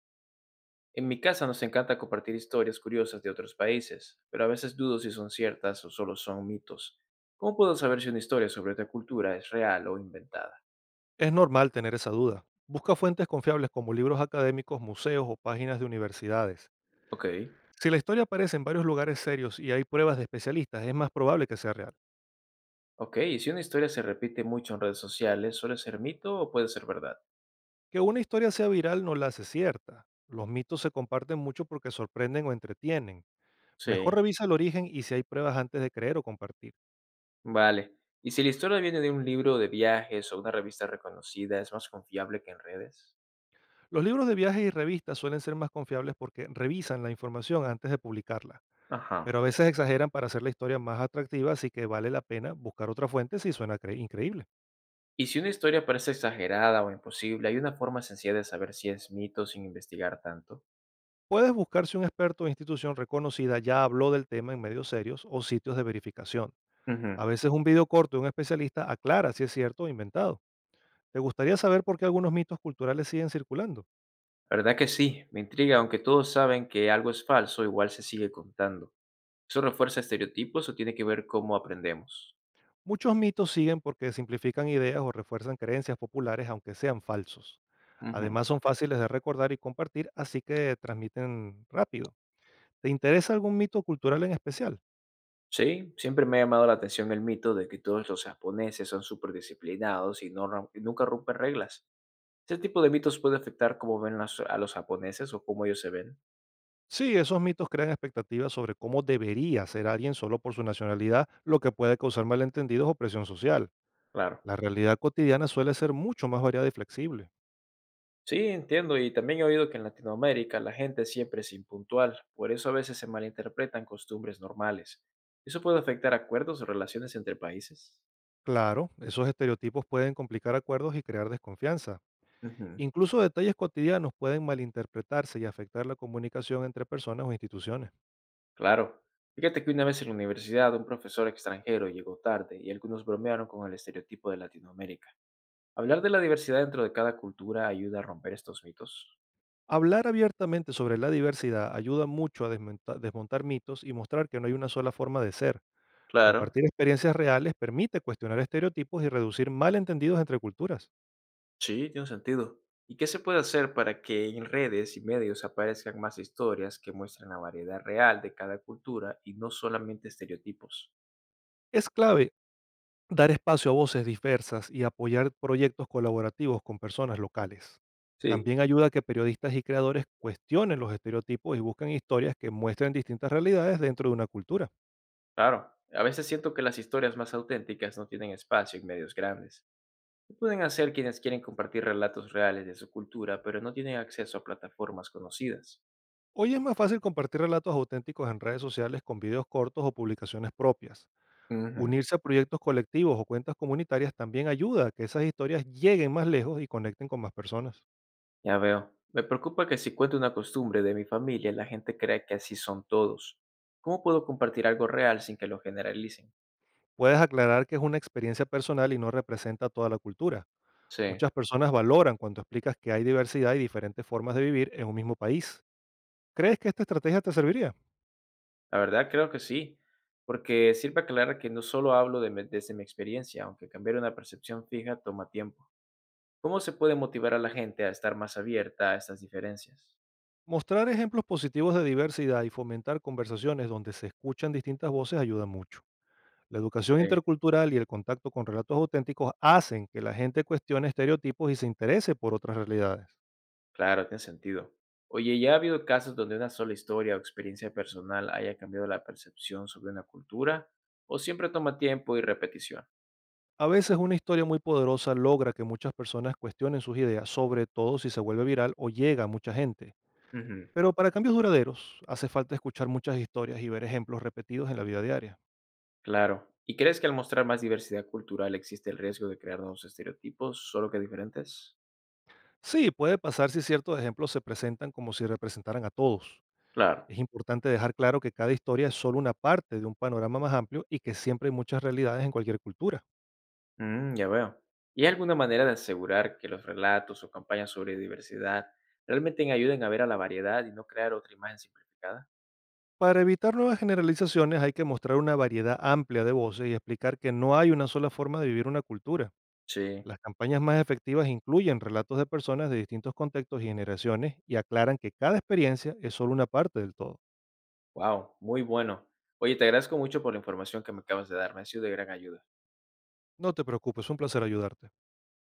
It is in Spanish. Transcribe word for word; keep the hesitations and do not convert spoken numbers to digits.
En mi casa nos encanta compartir historias curiosas de otros países, pero a veces dudo si son ciertas o solo son mitos. ¿Cómo puedo saber si una historia sobre otra cultura es real o inventada? Es normal tener esa duda. Busca fuentes confiables como libros académicos, museos o páginas de universidades. Ok, Si la historia aparece en varios lugares serios y hay pruebas de especialistas, es más probable que sea real. ok, ¿y si una historia se repite mucho en redes sociales, suele ser mito o puede ser verdad? Que una historia sea viral no la hace cierta. Los mitos se comparten mucho porque sorprenden o entretienen. Mejor Sí, revisa el origen y si hay pruebas antes de creer o compartir. vale. ¿Y si la historia viene de un libro de viajes o una revista reconocida, es más confiable que en redes? Los libros de viajes y revistas suelen ser más confiables porque revisan la información antes de publicarla, Ajá. pero a veces exageran para hacer la historia más atractiva, así que vale la pena buscar otra fuente si suena cre- increíble. ¿Y si una historia parece exagerada o imposible, hay una forma sencilla de saber si es mito sin investigar tanto? Puedes buscar si un experto o institución reconocida ya habló del tema en medios serios o sitios de verificación. Ujú. A veces un video corto de un especialista aclara si es cierto o inventado. ¿Te gustaría saber por qué algunos mitos culturales siguen circulando? La verdad que sí, me intriga, aunque todos saben que algo es falso, igual se sigue contando. ¿Eso refuerza estereotipos o tiene que ver cómo aprendemos? Muchos mitos siguen porque simplifican ideas o refuerzan creencias populares aunque sean falsos. Ujú. Además son fáciles de recordar y compartir, así que transmiten rápido. ¿Te interesa algún mito cultural en especial? Sí, siempre me ha llamado la atención el mito de que todos los japoneses son súper disciplinados y, no, rom- y nunca rompen reglas. ¿Ese tipo de mitos puede afectar cómo ven las- a los japoneses o cómo ellos se ven? Sí, esos mitos crean expectativas sobre cómo debería ser alguien solo por su nacionalidad, lo que puede causar malentendidos o presión social. Claro. La realidad cotidiana suele ser mucho más variada y flexible. Sí, entiendo, y también he oído que en Latinoamérica la gente siempre es impuntual, por eso a veces se malinterpretan costumbres normales. ¿Eso puede afectar acuerdos o relaciones entre países? Claro, esos estereotipos pueden complicar acuerdos y crear desconfianza. Ujú, Incluso detalles cotidianos pueden malinterpretarse y afectar la comunicación entre personas o instituciones. claro. Fíjate que una vez en la universidad un profesor extranjero llegó tarde y algunos bromearon con el estereotipo de Latinoamérica. Hablar de la diversidad dentro de cada cultura ayuda a romper estos mitos. Hablar abiertamente sobre la diversidad ayuda mucho a desmonta- desmontar mitos y mostrar que no hay una sola forma de ser. Claro, Compartir experiencias reales permite cuestionar estereotipos y reducir malentendidos entre culturas. sí, tiene sentido. ¿Y qué se puede hacer para que en redes y medios aparezcan más historias que muestren la variedad real de cada cultura y no solamente estereotipos? Es clave dar espacio a voces diversas y apoyar proyectos colaborativos con personas locales. Sí, También ayuda a que periodistas y creadores cuestionen los estereotipos y busquen historias que muestren distintas realidades dentro de una cultura. claro. A veces siento que las historias más auténticas no tienen espacio en medios grandes. Lo pueden hacer quienes quieren compartir relatos reales de su cultura, pero no tienen acceso a plataformas conocidas. Hoy es más fácil compartir relatos auténticos en redes sociales con videos cortos o publicaciones propias. Ujú, Unirse a proyectos colectivos o cuentas comunitarias también ayuda a que esas historias lleguen más lejos y conecten con más personas. ya veo. Me preocupa que si cuento una costumbre de mi familia, la gente crea que así son todos. ¿Cómo puedo compartir algo real sin que lo generalicen? Puedes aclarar que es una experiencia personal y no representa toda la cultura. Sí. Muchas personas valoran cuando explicas que hay diversidad y diferentes formas de vivir en un mismo país. ¿Crees que esta estrategia te serviría? La verdad creo que sí, porque sirve aclarar que no solo hablo de mi- desde mi experiencia, aunque cambiar una percepción fija toma tiempo. ¿Cómo se puede motivar a la gente a estar más abierta a estas diferencias? Mostrar ejemplos positivos de diversidad y fomentar conversaciones donde se escuchan distintas voces ayuda mucho. La educación Sí. intercultural y el contacto con relatos auténticos hacen que la gente cuestione estereotipos y se interese por otras realidades. Claro, tiene sentido. Oye, ¿ya ha habido casos donde una sola historia o experiencia personal haya cambiado la percepción sobre una cultura? ¿O siempre toma tiempo y repetición? A veces una historia muy poderosa logra que muchas personas cuestionen sus ideas, sobre todo si se vuelve viral o llega a mucha gente. Ujú. Pero para cambios duraderos hace falta escuchar muchas historias y ver ejemplos repetidos en la vida diaria. Claro. ¿Y crees que al mostrar más diversidad cultural existe el riesgo de crear nuevos estereotipos, solo que diferentes? Sí, puede pasar si ciertos ejemplos se presentan como si representaran a todos. Claro. Es importante dejar claro que cada historia es solo una parte de un panorama más amplio y que siempre hay muchas realidades en cualquier cultura. Mm, ya veo. ¿Y hay alguna manera de asegurar que los relatos o campañas sobre diversidad realmente ayuden a ver a la variedad y no crear otra imagen simplificada? Para evitar nuevas generalizaciones hay que mostrar una variedad amplia de voces y explicar que no hay una sola forma de vivir una cultura. Sí. Las campañas más efectivas incluyen relatos de personas de distintos contextos y generaciones y aclaran que cada experiencia es solo una parte del todo. Wow, muy bueno. Oye, te agradezco mucho por la información que me acabas de dar, me ha sido de gran ayuda. No te preocupes, fue un placer ayudarte.